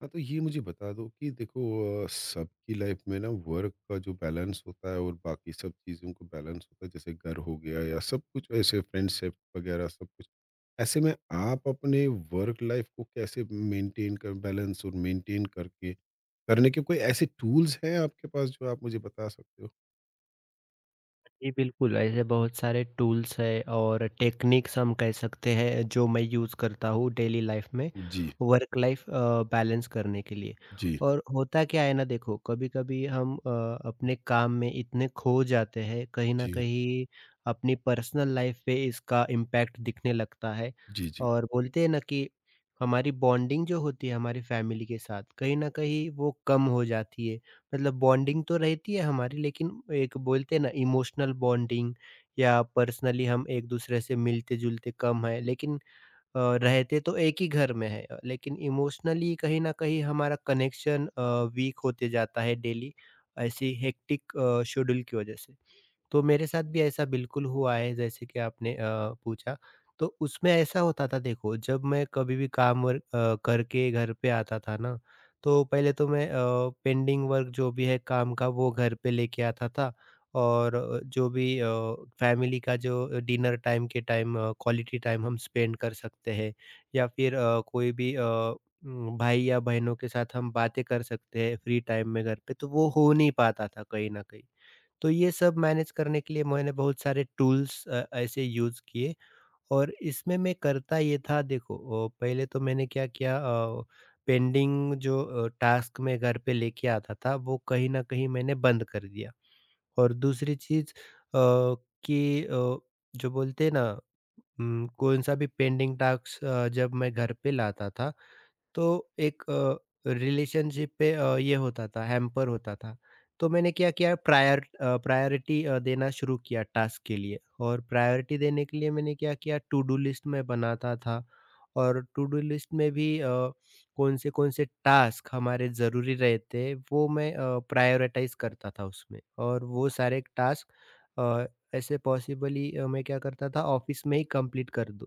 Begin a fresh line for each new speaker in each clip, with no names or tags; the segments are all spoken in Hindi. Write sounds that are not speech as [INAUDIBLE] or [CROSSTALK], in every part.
हाँ, तो ये मुझे बता दो कि देखो सबकी लाइफ में ना वर्क का जो बैलेंस होता है और बाकी सब चीज़ों को बैलेंस होता है, जैसे घर हो गया या सब कुछ, ऐसे फ्रेंडशिप वगैरह सब कुछ। ऐसे में आप अपने वर्क लाइफ को कैसे मेंटेन कर, बैलेंस और मेंटेन करके करने के कोई ऐसे टूल्स हैं आपके पास जो आप मुझे बता सकते हो?
जी, बिल्कुल, ऐसे बहुत सारे टूल्स हैं और टेक्निक्स हम कह सकते हैं जो मैं यूज़ करता हूँ डेली लाइफ में
जी।
वर्क लाइफ बैलेंस करने के लिए।
जी।
और होता क्या है ना देखो, कभी-कभी हम अपने काम में इतने खो जाते हैं, कहीं न
जी।
कहीं अपनी पर्सनल लाइफ पे इसका इम्पैक्ट दिखने लगता है।
जी। जी।
और बोलते हैं ना कि हमारी बॉन्डिंग जो होती है हमारी फैमिली के साथ, कहीं न कहीं वो कम हो जाती है। मतलब बॉन्डिंग तो रहती है हमारी, लेकिन एक बोलते हैं ना इमोशनल बॉन्डिंग या पर्सनली हम एक दूसरे से मिलते-जुलते कम है, लेकिन रहते तो एक ही घर में है, लेकिन इमोशनली कहीं न कहीं हमारा कनेक्शन वीक होते जाता है डेली ऐसी हेक्टिक शेड्यूल की वजह से। तो मेरे साथ भी ऐसा बिल्कुल हुआ है जैसे कि आपने पूछा। तो उसमें ऐसा होता था देखो, जब मैं कभी भी काम वर्क करके घर पे आता था ना, तो पहले तो मैं पेंडिंग वर्क जो भी है काम का वो घर पे लेके आता था और जो भी फैमिली का जो डिनर टाइम के टाइम क्वालिटी टाइम हम स्पेंड कर सकते हैं या फिर कोई भी भाई या बहनों के साथ हम बातें कर सकते हैं फ्री टाइम में घर पे, तो वो हो नहीं पाता था कहीं न कहीं। तो ये सब मैनेज करने के लिए मैंने बहुत सारे टूल्स ऐसे यूज़ किए। और इसमें मैं करता ये था देखो, पहले तो मैंने क्या किया, पेंडिंग जो टास्क मैं घर पे लेके आता था वो कहीं न कहीं मैंने बंद कर दिया। और दूसरी चीज़ कि जो बोलते हैं ना, कौन-सा भी पेंडिंग टास्क जब मैं घर पे लाता था, तो एक रिलेशनशिप पे ये होता था, हैम्पर होता था। तो मैंने क्या किया, प्रायोरिटी देना शुरू किया टास्क के लिए। और प्रायोरिटी देने के लिए मैंने क्या किया, टू डू लिस्ट मैं बनाता था। और टू डू लिस्ट में भी कौन से टास्क हमारे ज़रूरी रहते हैं वो मैं प्रायोरिटाइज़ करता था उसमें। और वो सारे टास्क अ, ऐसे पॉसिबली मैं क्या करता था, ऑफ़िस में ही कंप्लीट कर दूँ।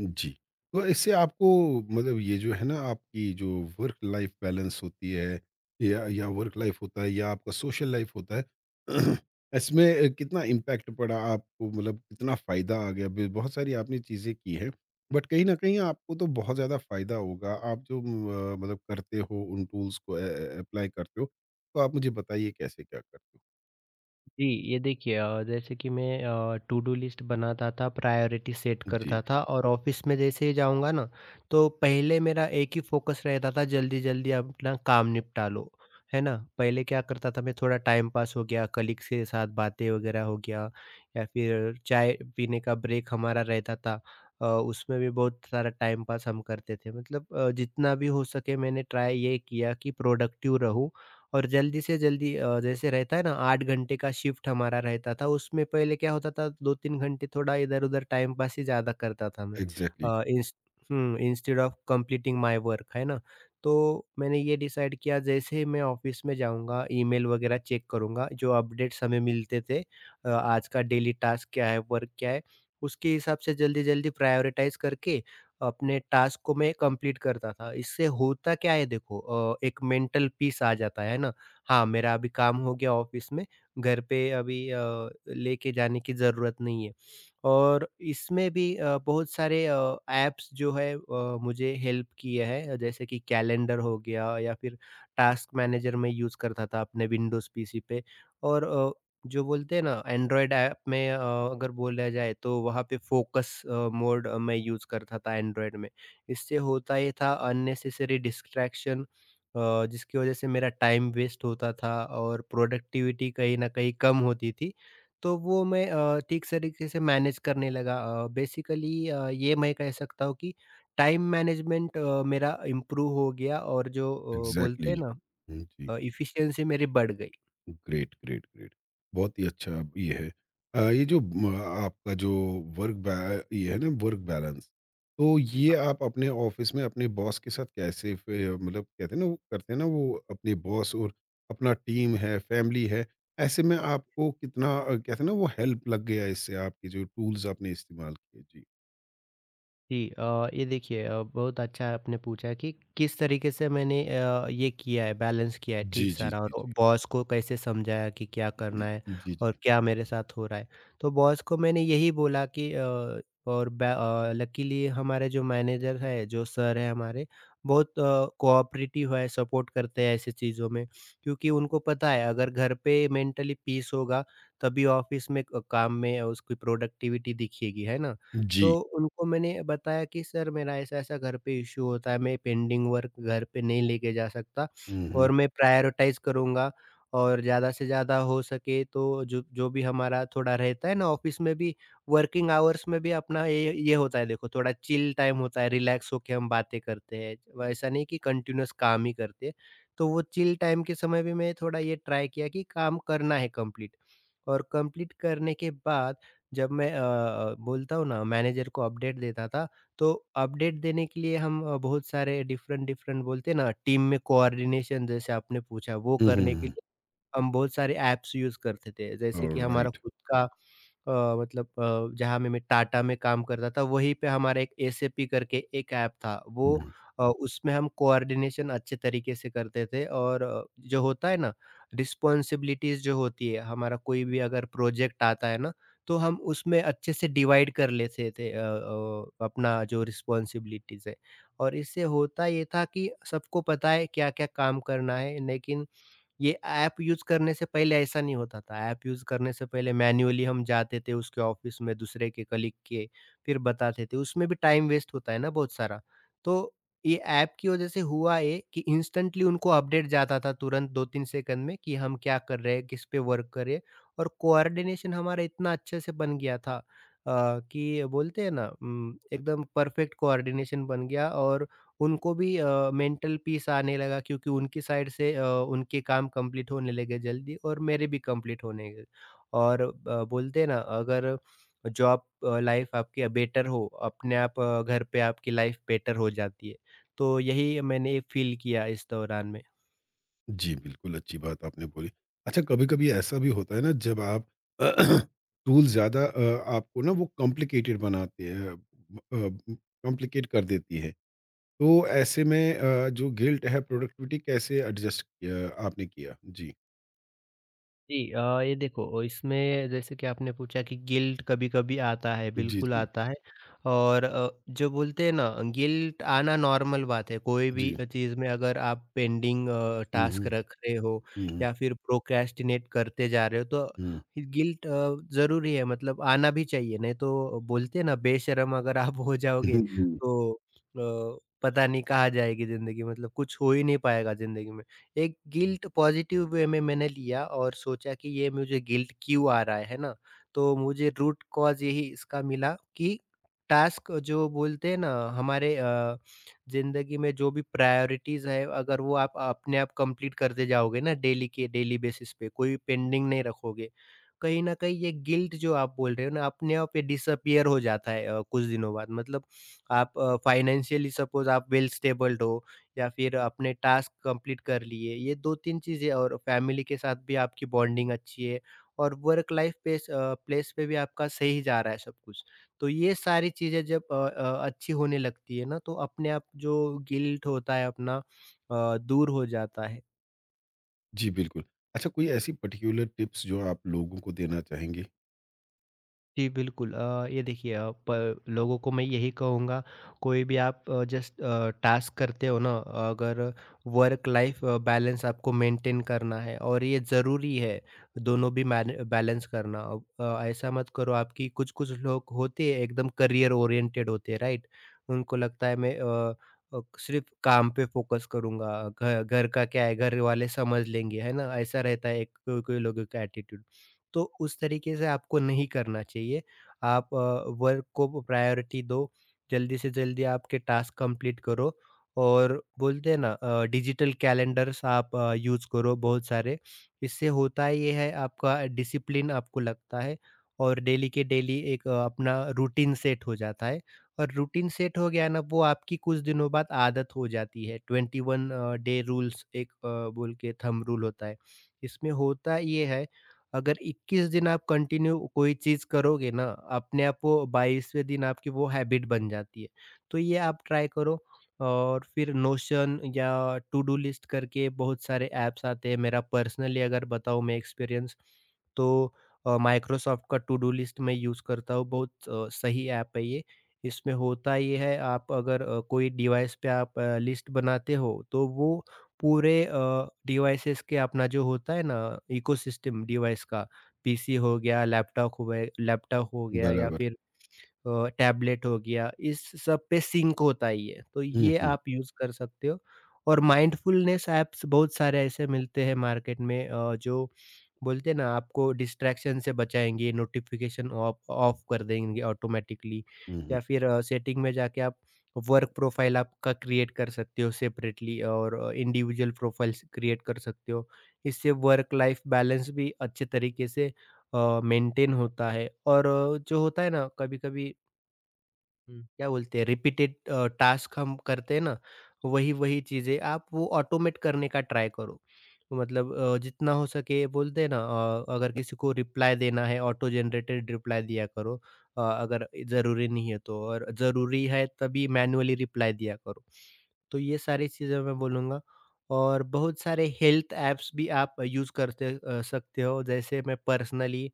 जी। तो इससे आपको मतलब ये जो है ना आपकी जो वर्क लाइफ बैलेंस होती है, या वर्क लाइफ होता है या आपका सोशल लाइफ होता है, [CLEARS THROAT] इसमें कितना इम्पैक्ट पड़ा आपको, मतलब कितना फ़ायदा आ गया? ब बहुत सारी आपने चीज़ें की हैं, बट कहीं न कहीं आपको तो बहुत ज़्यादा फ़ायदा होगा। आप जो म मतलब करते हो, उन टूल्स को ए ए एप्लाई करते हो, तो आप मुझे बताइए कैसे क्या करते हो?
जी, ये देखिए, जैसे कि मैं टू डू लिस्ट बनाता था, प्रायोरिटी सेट
जी।
करता था और ऑफ़िस में जैसे ही जाऊँगा ना, तो पहले मेरा एक ही फ़ोकस रहता था, जल्दी-जल्दी अपना काम निपटा लो, है ना? पहले क्या करता था मैं, थोड़ा टाइम पास हो गया, कलीग्स के साथ बातें वगैरह हो गया या फिर चाय पीने का ब्रेक हमारा रहता था, उसमें भी बहुत सारा टाइम पास हम करते थे। मतलब जितना भी हो सके मैंने ट्राई ये किया कि प्रोडक्टिव रहूँ और जल्दी से जल्दी जैसे रहता है ना, 8 घंटे का शिफ्ट हमारा रहता था, उसमें पहले क्या होता था 2-3 घंटे थोड़ा इधर-उधर टाइम पास ही ज़्यादा करता था मैं,
एग्ज़ैक्टली।
अ, इंस instead of completing my work, है ना? तो मैंने ये डिसाइड किया, जैसे ही मैं ऑफ़िस में जाऊँगा, ईमेल वगैरह चेक करूँगा, जो अपडेट्स हमें मिलते थे, आज का डेली टास्क क्या है, वर्क क्या है, उसके हिसाब से जल्दी-जल्दी प्रायोरिटाइज़ करके अपने टास्क को मैं कंप्लीट करता था। इससे होता क्या है देखो, एक मेंटल पीस आ जाता है ना। हाँ, मेरा अभी काम हो गया ऑफ़िस में, घर पे अभी लेके जाने की ज़रूरत नहीं है। और इसमें भी बहुत सारे ऐप्स जो है मुझे हेल्प किए हैं, जैसे कि कैलेंडर हो गया या फिर टास्क मैनेजर मैं यूज़ करता था अपने विंडोज़ पीसी पे। और जो बोलते हैं ना एंड्रॉयड ऐप में, अगर बोला जाए तो वहाँ पे फोकस मोड मैं यूज़ करता था एंड्रॉयड में। इससे होता ये था अननेसेसरी डिस्ट्रैक्शन जिसकी वज़ह से मेरा टाइम वेस्ट होता था और प्रोडक्टिविटी कहीं न कहीं कम होती थी। तो वो मैं ठीक तरीके से मैनेज करने लगा। बेसिकली ये मैं कह सकता हूँ कि टाइम मैनेजमेंट मेरा इम्प्रूव हो गया और जो बोलते हैं
एग्ज़ैक्टली।
ना,
हुँ, जी।
एफिशिएंसी मेरी बढ़ गई।
Great, great, great. बहुत ही अच्छा ये है। आपका जो वर्क बा ये है ना वर्क बैलेंस, तो ये आप अपने ऑफिस में अपने बॉस के साथ कैसे फिर, मतलब कहते हैं ना वो करते हैं ना वो अपने बॉस और अपना टीम है, फैमिली है, ऐसे में आपको कितना कहते हैं ना वो हेल्प लग गया इससे आपके जो टूल्स आपने इस्तेमाल किए?
जी, ये देखिए, बहुत अच्छा आपने पूछा कि किस तरीके से मैंने ये किया है, बैलेंस किया है,
जी।
ठीक
जी।
सारा
जी।
और
जी।
बॉस को कैसे समझाया कि क्या करना है
जी। जी।
और
जी।
क्या मेरे साथ हो रहा है। तो बॉस को मैंने यही बोला कि और लकीली हमारे जो मैनेजर है, जो सर है हमारे, बहुत कोऑपरेटिव है, सपोर्ट करते हैं ऐसी चीज़ों में, क्योंकि उनको पता है अगर घर पे मेंटली पीस होगा तभी ऑफिस में काम में उसकी प्रोडक्टिविटी दिखेगी, है ना?
जी।
तो उनको मैंने बताया कि सर, मेरा ऐसा-ऐसा घर पे इश्यू होता है, मैं पेंडिंग वर्क घर पे नहीं लेके जा सकता
हम्म।
और मैं प्रायोरिटाइज़ करूँगा और ज़्यादा से ज़्यादा हो सके, तो जो जो भी हमारा थोड़ा रहता है ना ऑफ़िस में भी, वर्किंग आवर्स में भी, अपना ये होता है देखो, थोड़ा चिल टाइम होता है, रिलैक्स होके हम बातें करते हैं। व ऐसा नहीं कि कंटीन्यूअस काम ही करते हैं, तो वो चिल टाइम के समय भी मैं थोड़ा ये ट्राई किया कि काम करना है कंप्लीट। और कंप्लीट करने के बाद जब मैं बोलता हूँ ना, मैनेजर को अपडेट देता था, तो अपडेट देने के लिए हम बहुत सारे डिफरेंट डिफरेंट बोलते हैं ना, टीम में कोऑर्डिनेशन जैसे आपने पूछा, वो करने के
हम्म।
लिए हम बहुत सारे ऐप्स यूज़ करते थे। जैसे कि हमारा
ऑलराइट।
खुद का मतलब जहाँ में मैं टाटा में काम करता था, वहीं पे हमारा एक एसएपी करके एक ऐप था। वो उसमें हम कोऑर्डिनेशन अच्छे तरीके से करते थे। और जो होता है ना, रिस्पॉन्सिबिलिटीज़ जो होती है, हमारा कोई भी अगर प्रोजेक्ट आता है ना, तो हम उसमें अच्छे से डिवाइड कर लेते थे अपना जो रिस्पॉन्सिबिलिटीज़ है। और इससे होता ये था कि सबको पता है क्या-क्या काम करना है, लेकिन ये ऐप यूज़ करने से पहले ऐसा नहीं होता था। ऐप यूज़ करने से पहले मैन्युअली हम जाते थे उसके ऑफ़िस में, दूसरे के कलीग के, फिर बताते थे। उसमें भी टाइम वेस्ट होता है ना बहुत सारा। तो ये ऐप की वज़ह से हुआ ये कि इंस्टेंटली उनको अपडेट जाता था तुरंत 2-3 सेकंड में, कि हम क्या कर रहे हैं, किस पे वर्क कर रहे हैं। और कोऑर्डिनेशन हमारा इतना अच्छे से बन गया था कि बोलते हैं ना, एकदम परफ़ेक्ट कोऑर्डिनेशन बन गया। और उनको भी मेंटल पीस आने लगा, क्योंकि उनकी साइड से उनके काम कंप्लीट होने लगे जल्दी और मेरे भी कंप्लीट होने लगे। और बोलते हैं ना, अगर जॉब लाइफ आपकी बेटर हो, अपने आप घर पे आपकी लाइफ बेटर हो जाती है। तो यही मैंने फील किया इस दौरान में।
जी, बिल्कुल अच्छी बात आपने बोली। अच्छा, कभी-कभी ऐसा भी होता है ना जब आप [CLEARS THROAT] टूल ज़्यादा, आपको ना वो कॉम्प्लिकेटेड बनाते हैं, कॉम्प्लिकेट कर देती है। तो ऐसे में जो गिल्ट है, प्रोडक्टिविटी कैसे एडजस्ट किया आपने किया? जी।
जी, ये देखो, इसमें जैसे कि आपने पूछा कि गिल्ट कभी-कभी आता है,
जी,
बिल्कुल
जी।
आता है। और जो बोलते हैं ना, गिल्ट आना नॉर्मल बात है, कोई भी
जी।
चीज़ में अगर आप पेंडिंग
हुँ,
टास्क
हुँ।
रख रहे हो
हुँ, हुँ।
या फिर प्रोक्रेस्टिनेट करते जा रहे हो, तो
हुँ। हुँ।
गिल्ट ज़रूरी है, मतलब आना भी चाहिए। नहीं तो बोलते हैं ना बेशर्म अगर आप हो जाओगे,
[LAUGHS]
तो पता नहीं कहाँ जाएगी ज़िंदगी, मतलब कुछ हो ही नहीं पाएगा ज़िंदगी में। एक गिल्ट पॉज़िटिव वे में मैंने लिया और सोचा कि ये मुझे गिल्ट क्यों आ रहा है ना? तो मुझे रूट कॉज़ यही इसका मिला कि टास्क जो बोलते हैं ना, हमारे ज़िंदगी में जो भी प्रायोरिटीज़ है, अगर वो आप अपने आप कंप्लीट करते जाओगे ना डेली के डेली बेसिस पे, कोई पेंडिंग नहीं रखोगे। कहीं न कहीं ये गिल्ट जो आप बोल रहे हो ना, अपने आप ये डिसअपीयर हो जाता है कुछ दिनों बाद। मतलब आप फाइनेंशियली सपोज़ आप वेल स्टेबल्ड हो या फिर अपने टास्क कंप्लीट कर लिए, ये 2-3 चीज़ें, और फैमिली के साथ भी आपकी बॉन्डिंग अच्छी है और वर्क लाइफ प्लेस पे भी आपका सही जा रहा है सब कुछ। तो ये सारी चीज़ें जब अच्छी होने लगती है ना, तो अपने आप जो गिल्ट होता है अपना दूर हो जाता है।
जी, बिल्कुल। अच्छा, कोई ऐसी पर्टिकुलर टिप्स जो आप लोगों को देना चाहेंगे?
जी, बिल्कुल, ये देखिए, प लोगों को मैं यही कहूँगा, कोई भी आप जस्ट टास्क करते हो ना, अगर वर्क लाइफ बैलेंस आपको मेंटेन करना है और ये ज़रूरी है दोनों भी मैन बैलेंस करना। अब, ऐसा मत करो, आपकी कुछ-कुछ लोग होते हैं एकदम करियर ओरिएंटेड होते हैं, राइट? उनको लगता है मैं सिर्फ़ काम पे फ़ोकस करूँगा, घ घर का क्या है, घर वाले समझ लेंगे, है ना? ऐसा रहता है एक कोई-कोई लोगों का एटीट्यूड। तो उस तरीके से आपको नहीं करना चाहिए। आप वर्क को प्रायोरिटी दो, जल्दी से जल्दी आपके टास्क कंप्लीट करो, और बोलते हैं ना, डिजिटल कैलेंडर्स आप यूज़ करो बहुत सारे। इससे होता ये है, आपका डिसिप्लिन आपको लगता है, और डेली के डेली एक अपना रूटीन सेट हो जाता है। और रूटीन सेट हो गया ना, वो आपकी कुछ दिनों बाद आदत हो जाती है। 21 डे रूल्स एक बोल के थंब रूल होता है। इसमें होता ये है, अगर 21 दिन आप कंटिन्यू कोई चीज़ करोगे ना, अपने आप वो 22वें दिन आपकी वो हैबिट बन जाती है। तो ये आप ट्राई करो, और फिर नोशन या टू डू लिस्ट करके बहुत सारे ऐप्स आते हैं। मेरा पर्सनली अगर बताऊँ मैं एक्सपीरियंस, तो माइक्रोसॉफ्ट का टू डू लिस्ट मैं यूज़ करता हूँ। बहुत सही ऐप है ये। इसमें होता ये है, आप अगर कोई डिवाइस पे आप लिस्ट बनाते हो, तो वो पूरे डिवाइसेस के, अपना जो होता है ना, इकोसिस्टम डिवाइस का, पीसी हो गया, लैपटॉप हो गया, या
बराबर।
फिर टैबलेट हो गया, इस सब पे सिंक होता ही है ये, तो
हुँ,
ये
हुँ।
आप यूज़ कर सकते हो। और माइंडफुलनेस ऐप्स बहुत सारे ऐसे मिलते हैं मार्केट में, जो बोलते हैं ना, आपको डिस्ट्रैक्शन से बचाएँगे, नोटिफ़िकेशन ऑफ ऑफ कर देंगे ऑटोमैटिकली।
हुँ, हुँ।
या फिर सेटिंग में जाके आप वर्क प्रोफ़ाइल आपका क्रिएट कर सकते हो सेपरेटली, और इंडिविजुअल प्रोफ़ाइल्स क्रिएट कर सकते हो। इससे वर्क लाइफ़ बैलेंस भी अच्छे तरीके से मेंटेन होता है, और जो होता है ना, कभी-कभी क्या बोलते हैं, रिपीटेड टास्क हम करते हैं ना, वही-वही चीज़ें आप वो ऑटोमेट करने का ट्राई करो। मतलब जितना हो सके, बोलते हैं ना, अगर किसी को रिप्लाई देना है, ऑटो जनरेटेड रिप्लाई दिया करो, अगर ज़रूरी नहीं है तो, और ज़रूरी है तभी मैन्युअली रिप्लाई दिया करो। तो ये सारी चीज़ें मैं बोलूँगा। और बहुत सारे हेल्थ ऐप्स भी आप यूज़ सकते हो, जैसे मैं पर्सनली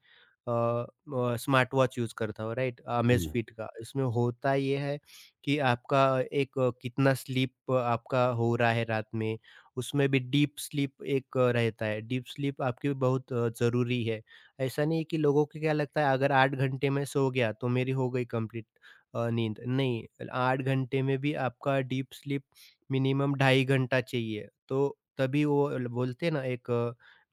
स्मार्ट वॉच यूज़ करता हूँ, राइट, अमेज़
हुँ।
फिट का। इसमें होता ये है कि आपका एक, कितना स्लीप आपका हो रहा है रात में, उसमें भी डीप स्लीप एक रहता है। डीप स्लीप आपकी बहुत ज़रूरी है। ऐसा नहीं है, कि लोगों को क्या लगता है, अगर 8 घंटे में सो गया तो मेरी हो गई कंप्लीट नींद। नहीं, 8 घंटे में भी आपका डीप स्लीप मिनिमम ढाई घंटा चाहिए। तो तभी वो ल बोलते हैं ना, एक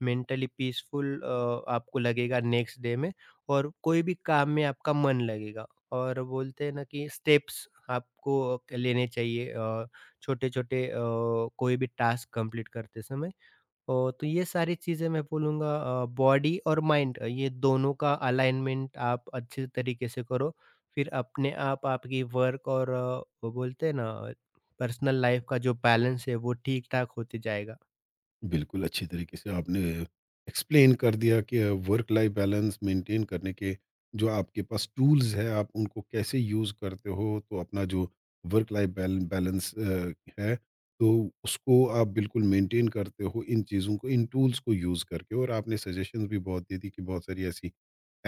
मेंटली पीसफुल आपको लगेगा नेक्स्ट डे में, और कोई भी काम में आपका मन लगेगा। और बोलते हैं ना, कि स्टेप्स आपको लेने चाहिए छोटे-छोटे, कोई भी टास्क कंप्लीट करते समय। ओ, तो ये सारी चीज़ें मैं बोलूँगा, बॉडी और माइंड, ये दोनों का अलाइनमेंट आप अच्छे तरीके से करो। फिर अपने आप आपकी वर्क और वो बोलते हैं ना, पर्सनल लाइफ़ का जो बैलेंस है वो ठीक-ठाक होते जाएगा।
बिल्कुल अच्छी तरीके से आपने एक्सप्लेन कर दिया कि वर्क लाइफ बैलेंस मेंटेन करने के जो आपके पास टूल्स है आप उनको कैसे यूज़ करते हो, तो अपना जो वर्क लाइफ बैलेंस है, तो उसको आप बिल्कुल मेंटेन करते हो इन चीज़ों को, इन टूल्स को यूज़ करके, और आपने सजेशंस भी बहुत दे दी कि बहुत सारी ऐसी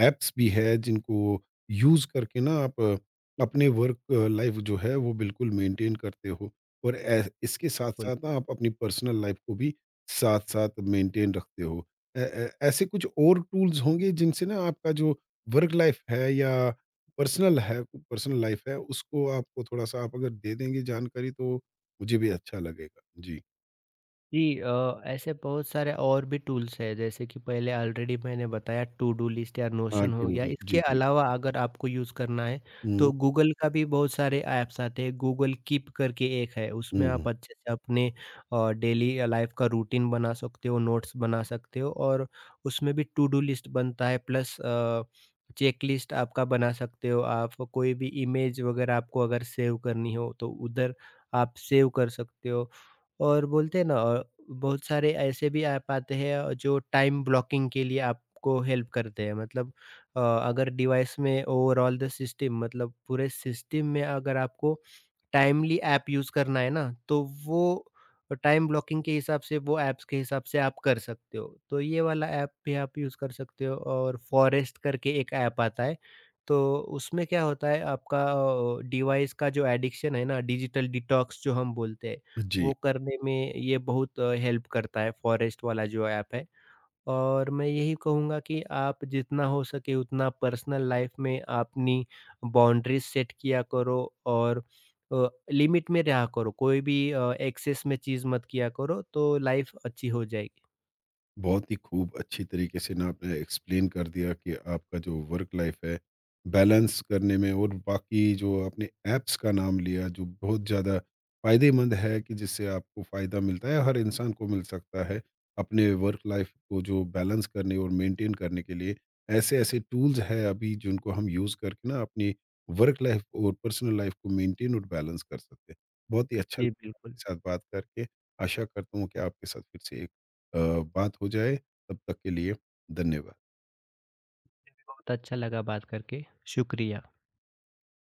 ऐप्स भी है जिनको यूज़ करके ना आप अपने वर्क लाइफ जो है वो बिल्कुल मेंटेन करते हो, और ऐ इसके
बोल
साथ-साथ ना आप अपनी पर्सनल लाइफ को भी साथ-साथ मेंटेन रखते हो। ऐ ऐ ऐसे कुछ और टूल्स होंगे जिनसे ना आपका जो वर्क लाइफ है या पर्सनल लाइफ है, उसको आपको थोड़ा-सा आप अगर दे देंगे जानकारी, तो मुझे भी अच्छा लगेगा। जी।
जी, ऐसे बहुत सारे और भी टूल्स हैं, जैसे कि पहले ऑलरेडी मैंने बताया टू डू लिस्ट या
हाँ,
नोशन
टू
हो
डू।
गया।
जी,
इसके
जी।
अलावा अगर आपको यूज़ करना है,
हुँ,
तो गूगल का भी बहुत सारे ऐप्स आते हैं। गूगल कीप करके एक है,
हुँ,
उसमें आप
हुँ।
अच्छे से अपने डेली लाइफ का रूटीन बना सकते हो, नोट्स बना सकते हो, और उसमें भी टू डू लिस्ट बनता है, प्लस चेक लिस्ट आपका बना सकते हो। आप कोई भी इमेज वगैरह आपको अगर सेव करनी हो, तो उधर आप सेव कर सकते हो। और बोलते हैं ना, बहुत सारे ऐसे भी ऐप आते हैं, जो टाइम ब्लॉकिंग के लिए आपको हेल्प करते हैं। मतलब अगर डिवाइस में ओवरऑल द सिस्टम, मतलब पूरे सिस्टम में, अगर आपको टाइमली ऐप यूज़ करना है ना, तो वो टाइम ब्लॉकिंग के हिसाब से, वो ऐप्स के हिसाब से आप कर सकते हो। तो ये वाला ऐप भी आप यूज़ कर सकते हो। और फॉरेस्ट करके एक ऐप आता है। तो उसमें क्या होता है, आपका डिवाइस का जो एडिक्शन है ना, डिजिटल डिटॉक्स जो हम बोलते हैं,
जी।
वो करने में ये बहुत हेल्प करता है, फॉरेस्ट वाला जो ऐप है। और मैं यही कहूँगा, कि आप जितना हो सके उतना पर्सनल लाइफ में अपनी बाउंड्रीज़ सेट किया करो, और लिमिट में रहा करो। कोई भी एक्सेस में चीज़ मत किया करो, तो लाइफ़ अच्छी हो जाएगी।
बहुत ही खूब अच्छी तरीके से ना आपने एक्सप्लेन कर दिया कि आपका जो वर्क लाइफ है बैलेंस करने में, और बाकी जो आपने ऐप्स का नाम लिया जो बहुत ज़्यादा फायदेमंद है कि जिससे आपको फ़ायदा मिलता है, हर इंसान को मिल सकता है अपने वर्क लाइफ को जो बैलेंस करने और मेंटेन करने के लिए। ऐसे ऐसे टूल्स है अभी जिनको हम यूज़ करके ना अपनी वर्क लाइफ और पर्सनल लाइफ को मेंटेन और बैलेंस कर सकते हैं। बहुत ही अच्छा
जी,
लगा
बिल्कुल।
आपके साथ बात करके। आशा करता हूँ कि आपके साथ फिर से अ, बात हो जाए। तब तक के लिए धन्यवाद।
बहुत अच्छा लगा बात करके, शुक्रिया।